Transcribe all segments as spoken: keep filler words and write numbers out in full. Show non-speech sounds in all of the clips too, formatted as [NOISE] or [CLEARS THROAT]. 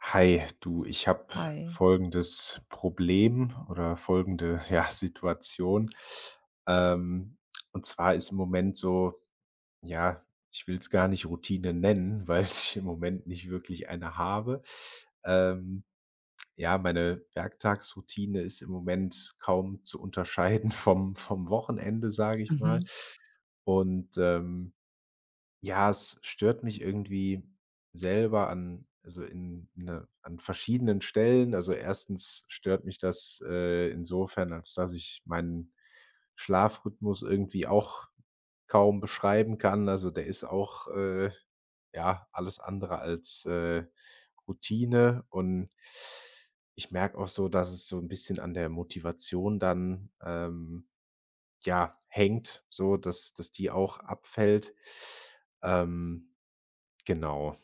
Hi, du, ich habe Hi. folgendes Problem oder folgende, [LAUGHS] ja, Situation. Ähm, und zwar ist im Moment so, ja, ich will es gar nicht Routine nennen, weil [LAUGHS] ich im Moment nicht wirklich eine habe. Ähm, ja, meine Werktagsroutine ist im Moment kaum zu unterscheiden [LAUGHS] vom vom Wochenende, sage ich mal. Mhm. Und, ähm ja, es stört mich irgendwie selber an also in in 'ne an verschiedenen Stellen. Also, erstens stört mich das, äh, insofern, als dass ich meinen Schlafrhythmus irgendwie auch kaum beschreiben kann. Also, der ist auch, äh, ja, alles andere als, äh, Routine und ich merke auch so, dass es so ein bisschen an der Motivation dann, ähm, ja, hängt, so dass dass die auch abfällt. Ähm. Genau.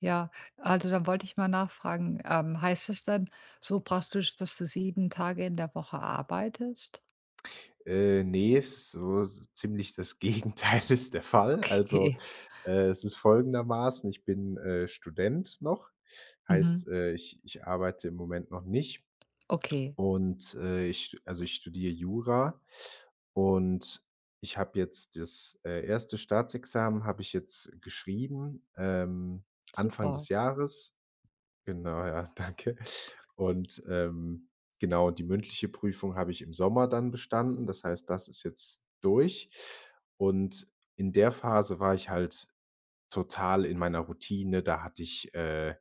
Ja, also dann wollte ich mal nachfragen, ähm, heißt das dann so praktisch, dass du sieben Tage in der Woche arbeitest? Äh, ne, so so ziemlich das Gegenteil [LAUGHS] ist der Fall. Also, Okay. äh, es ist folgendermaßen, ich bin, äh, Student noch, Mhm. heißt, äh, ich ich arbeite im Moment noch nicht Okay, und, äh, ich st also, ich studiere Jura und ich habe jetzt das, äh, erste. Staatsexamen habe ich jetzt geschrieben, ähm, Anfang super. des Jahres. Genau, ja, [LAUGHS] danke. Und, ähm, genau, die mündliche Prüfung habe ich im Sommer dann bestanden. Das heißt, das ist jetzt durch. Und in der Phase war ich halt total in meiner Routine. Da hatte ich, äh,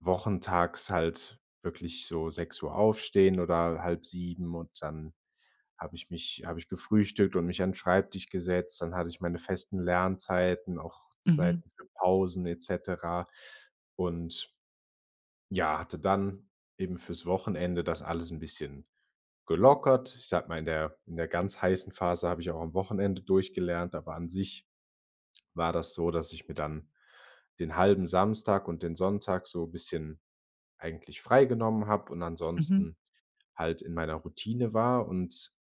wochentags halt wirklich so sechs Uhr aufstehen oder halb sieben und dann habe ich mich habe ich gefrühstückt und mich an 'n Schreibtisch gesetzt. Dann hatte ich meine festen Lernzeiten, auch Mhm. Zeiten für Pausen et cetera. Und ja, hatte dann eben fürs Wochenende das alles ein bisschen gelockert. Ich sage mal, in der in der ganz heißen Phase habe ich auch am Wochenende durchgelernt, aber an sich war das so, dass ich mir dann den halben Samstag und den Sonntag so ein bisschen eigentlich freigenommen habe und Mhm. ansonsten halt in meiner Routine war. Und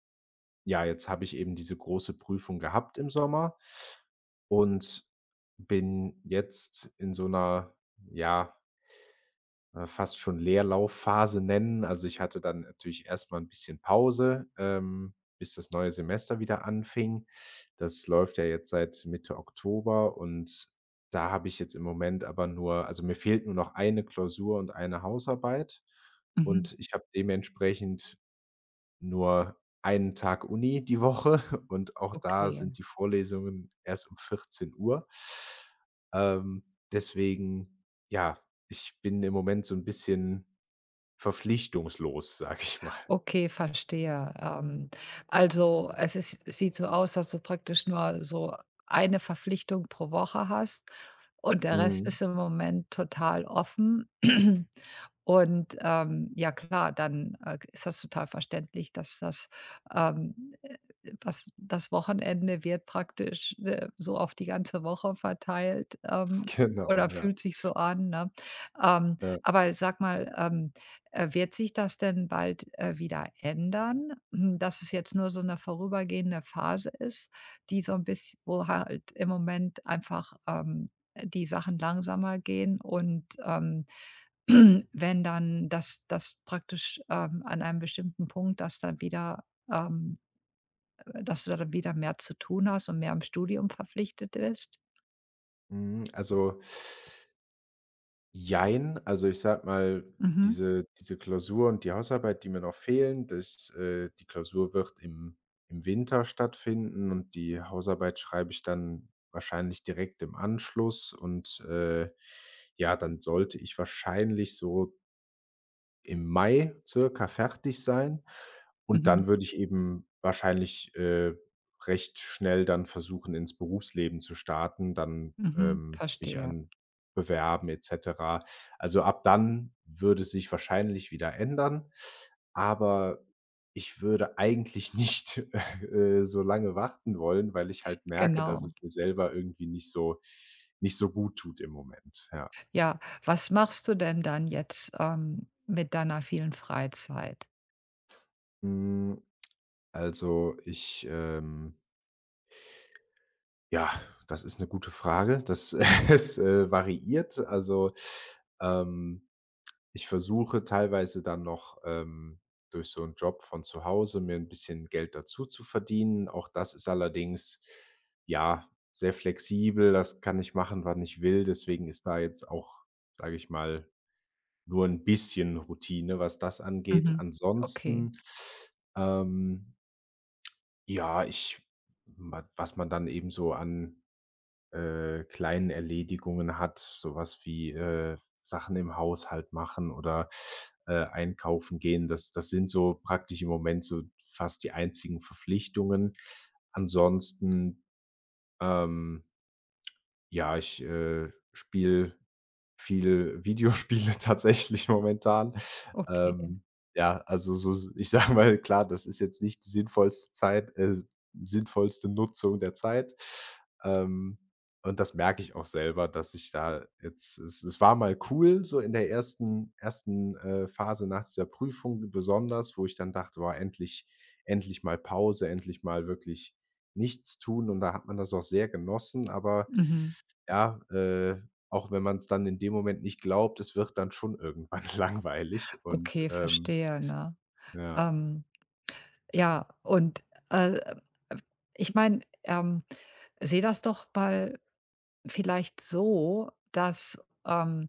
ja, jetzt habe ich eben diese große Prüfung gehabt im Sommer und bin jetzt in so einer ja äh, fast schon Leerlaufphase nennen. Also, ich hatte dann natürlich erst mal 'n bisschen Pause, ähm, bis das neue Semester wieder anfing. Das läuft ja jetzt seit Mitte Oktober und da habe ich jetzt im Moment aber nur also, mir fehlt nur noch eine Klausur und eine Hausarbeit Mhm. und ich habe dementsprechend nur einen Tag Uni die Woche [LAUGHS] und auch da Okay. sind die Vorlesungen erst um vierzehn Uhr. Ähm, Deswegen, ja, ich bin im Moment so ein bisschen verpflichtungslos, [LAUGHS] sage ich mal. Okay, verstehe. Ähm, also es ist sieht so aus, dass du praktisch nur so eine Verpflichtung pro Woche hast. Und der Rest Mhm. ist im Moment total offen. [CLEARS THROAT] Und, ähm, ja klar, dann, äh, ist das total verständlich, dass das, ähm, äh, was das Wochenende wird praktisch, äh, so auf die ganze Woche verteilt, ähm, Genau, oder ja, fühlt sich so an, ne? Ähm, ja. aber sag mal, ähm, äh, wird sich das denn bald, äh, wieder ändern? Hm, dass es jetzt nur so eine vorübergehende Phase ist, die so ein bisschen, wo halt im Moment einfach, ähm äh, die Sachen langsamer gehen und, ähm, [CLEARS THROAT] wenn dann das das praktisch, ähm, an einem bestimmten Punkt, dass dann wieder ähm, dass du dann wieder mehr zu tun hast und mehr im Studium verpflichtet bist? Mhm, also Jein, also, ich sage mal, Mhm, diese diese Klausur und die Hausarbeit, die mir noch fehlen, das äh, die Klausur wird im im Winter stattfinden und die Hausarbeit schreibe ich dann wahrscheinlich direkt im Anschluss und, äh, ja, dann sollte ich wahrscheinlich so im Mai circa fertig sein und mhm, dann würde ich eben wahrscheinlich, äh, recht schnell dann versuchen, ins Berufsleben zu starten, dann, mhm, ähm, mich Verstehe. an bewerben et cetera. Also, ab dann würde es sich wahrscheinlich wieder ändern, aber ich würde eigentlich nicht, [LAUGHS] äh, so lange warten wollen, weil ich halt merke, dass es Genau. mir selber irgendwie nicht so nicht so gut tut im Moment, ja. Ja, was machst du denn dann jetzt, ähm, mit deiner vielen Freizeit? Hm, also, ich, ähm ja, das ist 'ne gute Frage. Das [LAUGHS] es, äh, variiert. Also, ähm, ich versuche teilweise dann noch, ähm, durch so 'n Job von zu Hause mir 'n bisschen Geld dazu zu verdienen. Auch das ist allerdings, ja, sehr flexibel. Das kann ich machen, wann ich will. Deswegen ist da jetzt auch, sage ich mal, nur 'n bisschen Routine, was das angeht. Mhm. Okay, Ansonsten, ähm, ja, ich wa was man dann eben so an äh, kleinen Erledigungen hat, sowas wie, äh, Sachen im Haushalt machen oder, äh, einkaufen gehen. Das das sind so praktisch im Moment so fast die einzigen Verpflichtungen. Ansonsten, ähm, ja, ich, äh, spiele viel Videospiele [LAUGHS] tatsächlich momentan. okay. Ähm, ja, also so s ich sage mal, klar, das ist jetzt nicht die sinnvollste Zeit äh, sinnvollste Nutzung der Zeit. Ähm, und das merke ich auch selber, dass ich da jetzt es es war mal cool, so in der ersten ersten, äh, Phase nach dieser Prüfung besonders, wo ich dann dachte: war endlich endlich mal Pause, endlich mal wirklich nichts tun.“ Und da hat man das auch sehr genossen, aber Mhm. ja, äh, auch wenn man es dann in dem Moment nicht glaubt, es wird dann schon irgendwann [LAUGHS] langweilig und, Okay, ähm verstehe, ne? ja. Ähm Ja, und, äh, ich meine, ähm, sehe das doch mal vielleicht so, dass ähm,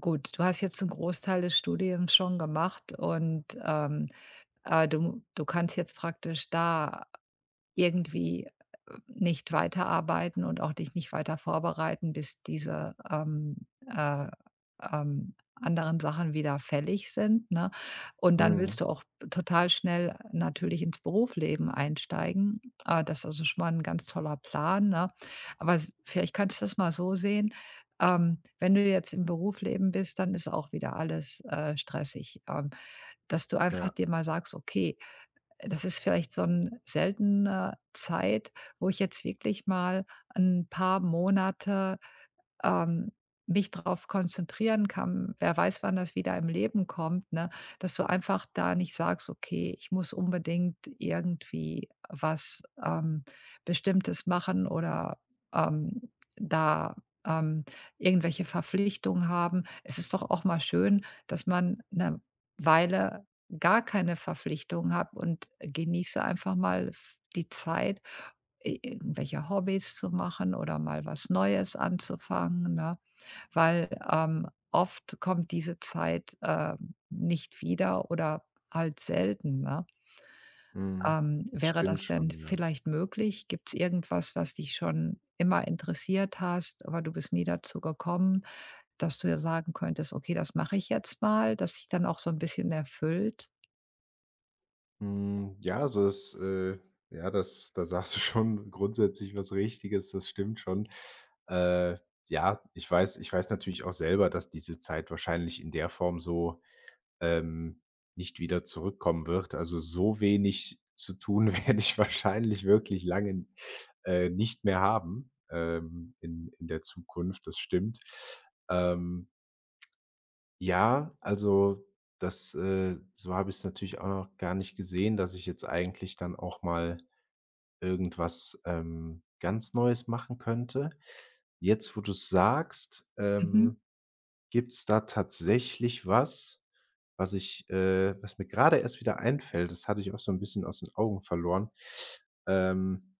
gut, du hast jetzt einen Großteil des Studiums schon gemacht und, ähm, äh, du du kannst jetzt praktisch da irgendwie äh, nicht weiterarbeiten und auch dich nicht weiter vorbereiten, bis diese, ähm, äh, ähm, anderen Sachen wieder fällig sind, ne? Und dann Mhm. willst du auch total schnell natürlich ins Berufsleben einsteigen. Äh, das ist also schon mal 'n ganz toller Plan, ne? Aber s vielleicht kannst du das mal so sehen, ähm, wenn du jetzt im Berufsleben bist, dann ist auch wieder alles, äh, stressig. Ähm, dass du einfach Ja. dir mal sagst: „Okay, das ist vielleicht so 'n seltener Zeit, wo ich jetzt wirklich mal ein paar Monate ähm, mich darauf konzentrieren kann. Wer weiß, wann das wieder im Leben kommt, ne? Dass du einfach da nicht sagst: „Okay, ich muss unbedingt irgendwie was, ähm, Bestimmtes machen oder, ähm, da, ähm, irgendwelche Verpflichtungen haben.“ Es ist doch auch mal schön, dass man eine Weile gar keine Verpflichtungen hat und genieße einfach mal f die Zeit i irgendwelche Hobbys zu machen oder mal was Neues anzufangen, ne? Weil, ähm, oft kommt diese Zeit, ähm, nicht wieder oder halt selten, ne? Mhm. Ähm, Das Wäre stimmt das denn schon, ja. vielleicht möglich? Gibt's irgendwas, was dich schon immer interessiert hast, aber du bist nie dazu gekommen, dass du ja sagen könntest: „Okay, das mache ich jetzt mal“, das sich dann auch so ein bisschen erfüllt? Hm, ja, also das, äh ja, das da sagst du schon [LAUGHS] grundsätzlich was Richtiges, das stimmt schon. Äh, ja, ich weiß ich weiß natürlich auch selber, dass diese Zeit wahrscheinlich in der Form so ähm, nicht wieder zurückkommen wird. Also, so wenig zu tun [LAUGHS] werde ich wahrscheinlich wirklich lange, äh, nicht mehr haben, ähm, in in der Zukunft, das stimmt. Ähm, ja, also, das, äh so habe ich es natürlich auch noch gar nicht gesehen, dass ich jetzt eigentlich dann auch mal irgendwas, ähm, ganz Neues machen könnte. Jetzt, wo du's sagst, Mhm, ähm gibt's da tatsächlich was, was ich äh, was mir gerade erst wieder einfällt, das hatte ich auch so 'n bisschen aus den Augen verloren. Ähm,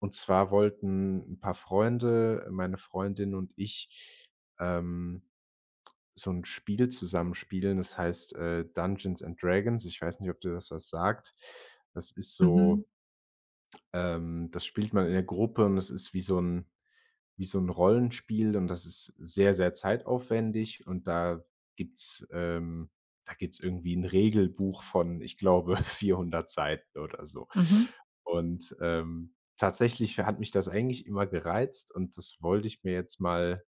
und zwar wollten 'n paar Freunde, meine Freundin und ich, ähm, so 'n Spiel zusammen spielen, das heißt, äh, Dungeons and Dragons. Ich weiß nicht, ob dir das was sagt. Das ist mhm, so ähm, das spielt man in der Gruppe und es ist wie so 'n wie so 'n Rollenspiel und das ist sehr, sehr zeitaufwendig und da gibt's ähm, da gibt's irgendwie 'n Regelbuch von, ich glaube, [LAUGHS] vierhundert Seiten oder so. mhm, Und, ähm, tatsächlich hat mich das eigentlich immer gereizt und das wollte ich mir jetzt mal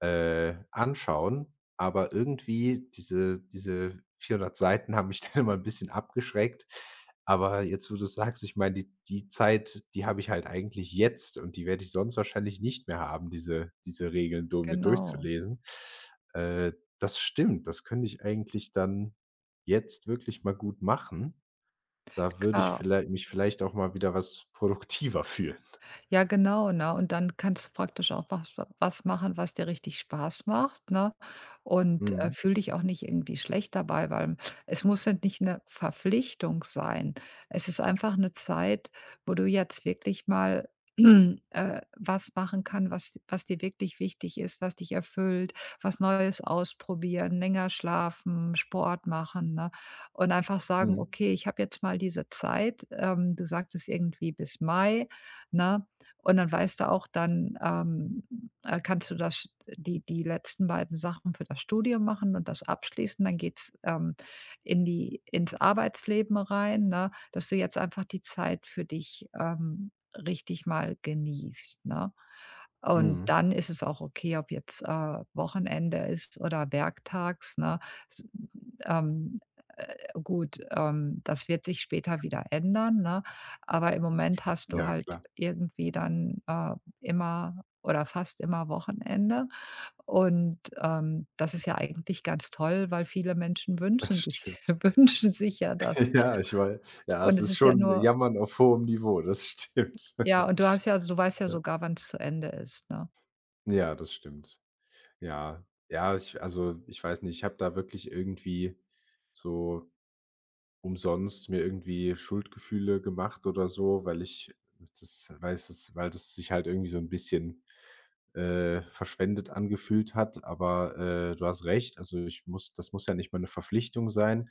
äh, anschauen, aber irgendwie diese diese vierhundert Seiten haben mich [LAUGHS] dann immer ein bisschen abgeschreckt. Aber jetzt, wo du's sagst, ich meine, die die Zeit, die habe ich halt eigentlich jetzt und die werde ich sonst wahrscheinlich nicht mehr haben, diese diese Regeln do mir Genau. durchzulesen. Äh, Das stimmt, das könnte ich eigentlich dann jetzt wirklich mal gut machen. Da würde ich Klar. vielleicht mich vielleicht auch mal wieder was produktiver [LAUGHS] fühlen. Ja, genau, ne? Und dann kannst du praktisch auch was was machen, was dir richtig Spaß macht, ne? Und, äh, Mhm, fühle dich auch nicht irgendwie schlecht dabei, weil es muss halt nicht eine Verpflichtung sein. Es ist einfach eine Zeit, wo du jetzt wirklich mal, [CLEARS THROAT] äh, was machen kann, was was dir wirklich wichtig ist, was dich erfüllt, was Neues ausprobieren, länger schlafen, Sport machen, ne? Und einfach sagen: mhm, „Okay, ich habe jetzt mal diese Zeit.“ Ähm, du sagtest irgendwie bis Mai, ne? Und dann weißt du auch, dann, ähm, äh, kannst du das die die letzten beiden Sachen für das Studium machen und das abschließen. Dann geht's, ähm, in die ins Arbeitsleben rein, ne, dass du jetzt einfach die Zeit für dich, ähm, richtig mal genießt, ne? Und mhm. dann ist es auch okay, ob jetzt, äh, Wochenende ist oder werktags, ne? S ähm, äh, gut, ähm, das wird sich später wieder ändern, ne? Aber im Moment hast du Ja, halt klar, irgendwie dann, äh, immer oder fast immer Wochenende. Und, ähm, das ist ja eigentlich ganz toll, weil viele Menschen das wünschen dich stimmt. [LAUGHS] wünschen sich ja das. Ja, ich wei ja, Und es es ist ist ja schon nur Jammern auf hohem Niveau, das stimmt. ja, [LAUGHS] und du hast ja du weißt ja Ja. sogar, wann es zu Ende ist, ne? Ja, das stimmt. Ja. Ja, ich also, ich weiß nicht, ich habe da wirklich irgendwie so umsonst mir irgendwie Schuldgefühle gemacht oder so, weil ich das weil es das weil das sich halt irgendwie so ein bisschen, äh, verschwendet angefühlt hat. Aber, äh, du hast recht, also, ich muss das muss ja nicht mal eine Verpflichtung sein,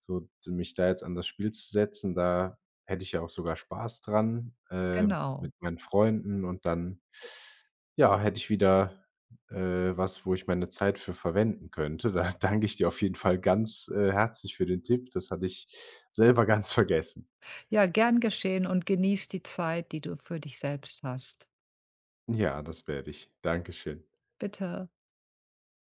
so d mich da jetzt an das Spiel zu setzen. Da hätte ich ja auch sogar Spaß dran, äh, Genau. mit meinen Freunden und dann, ja, hätte ich wieder äh, was, wo ich meine Zeit für verwenden könnte. Da [LAUGHS] danke ich dir auf jeden Fall ganz, äh, herzlich für den Tipp. Das hatte ich selber ganz vergessen. Ja, gern geschehen und genieß die Zeit, die du für dich selbst hast. Ja, das werde ich. Dankeschön. Bitte.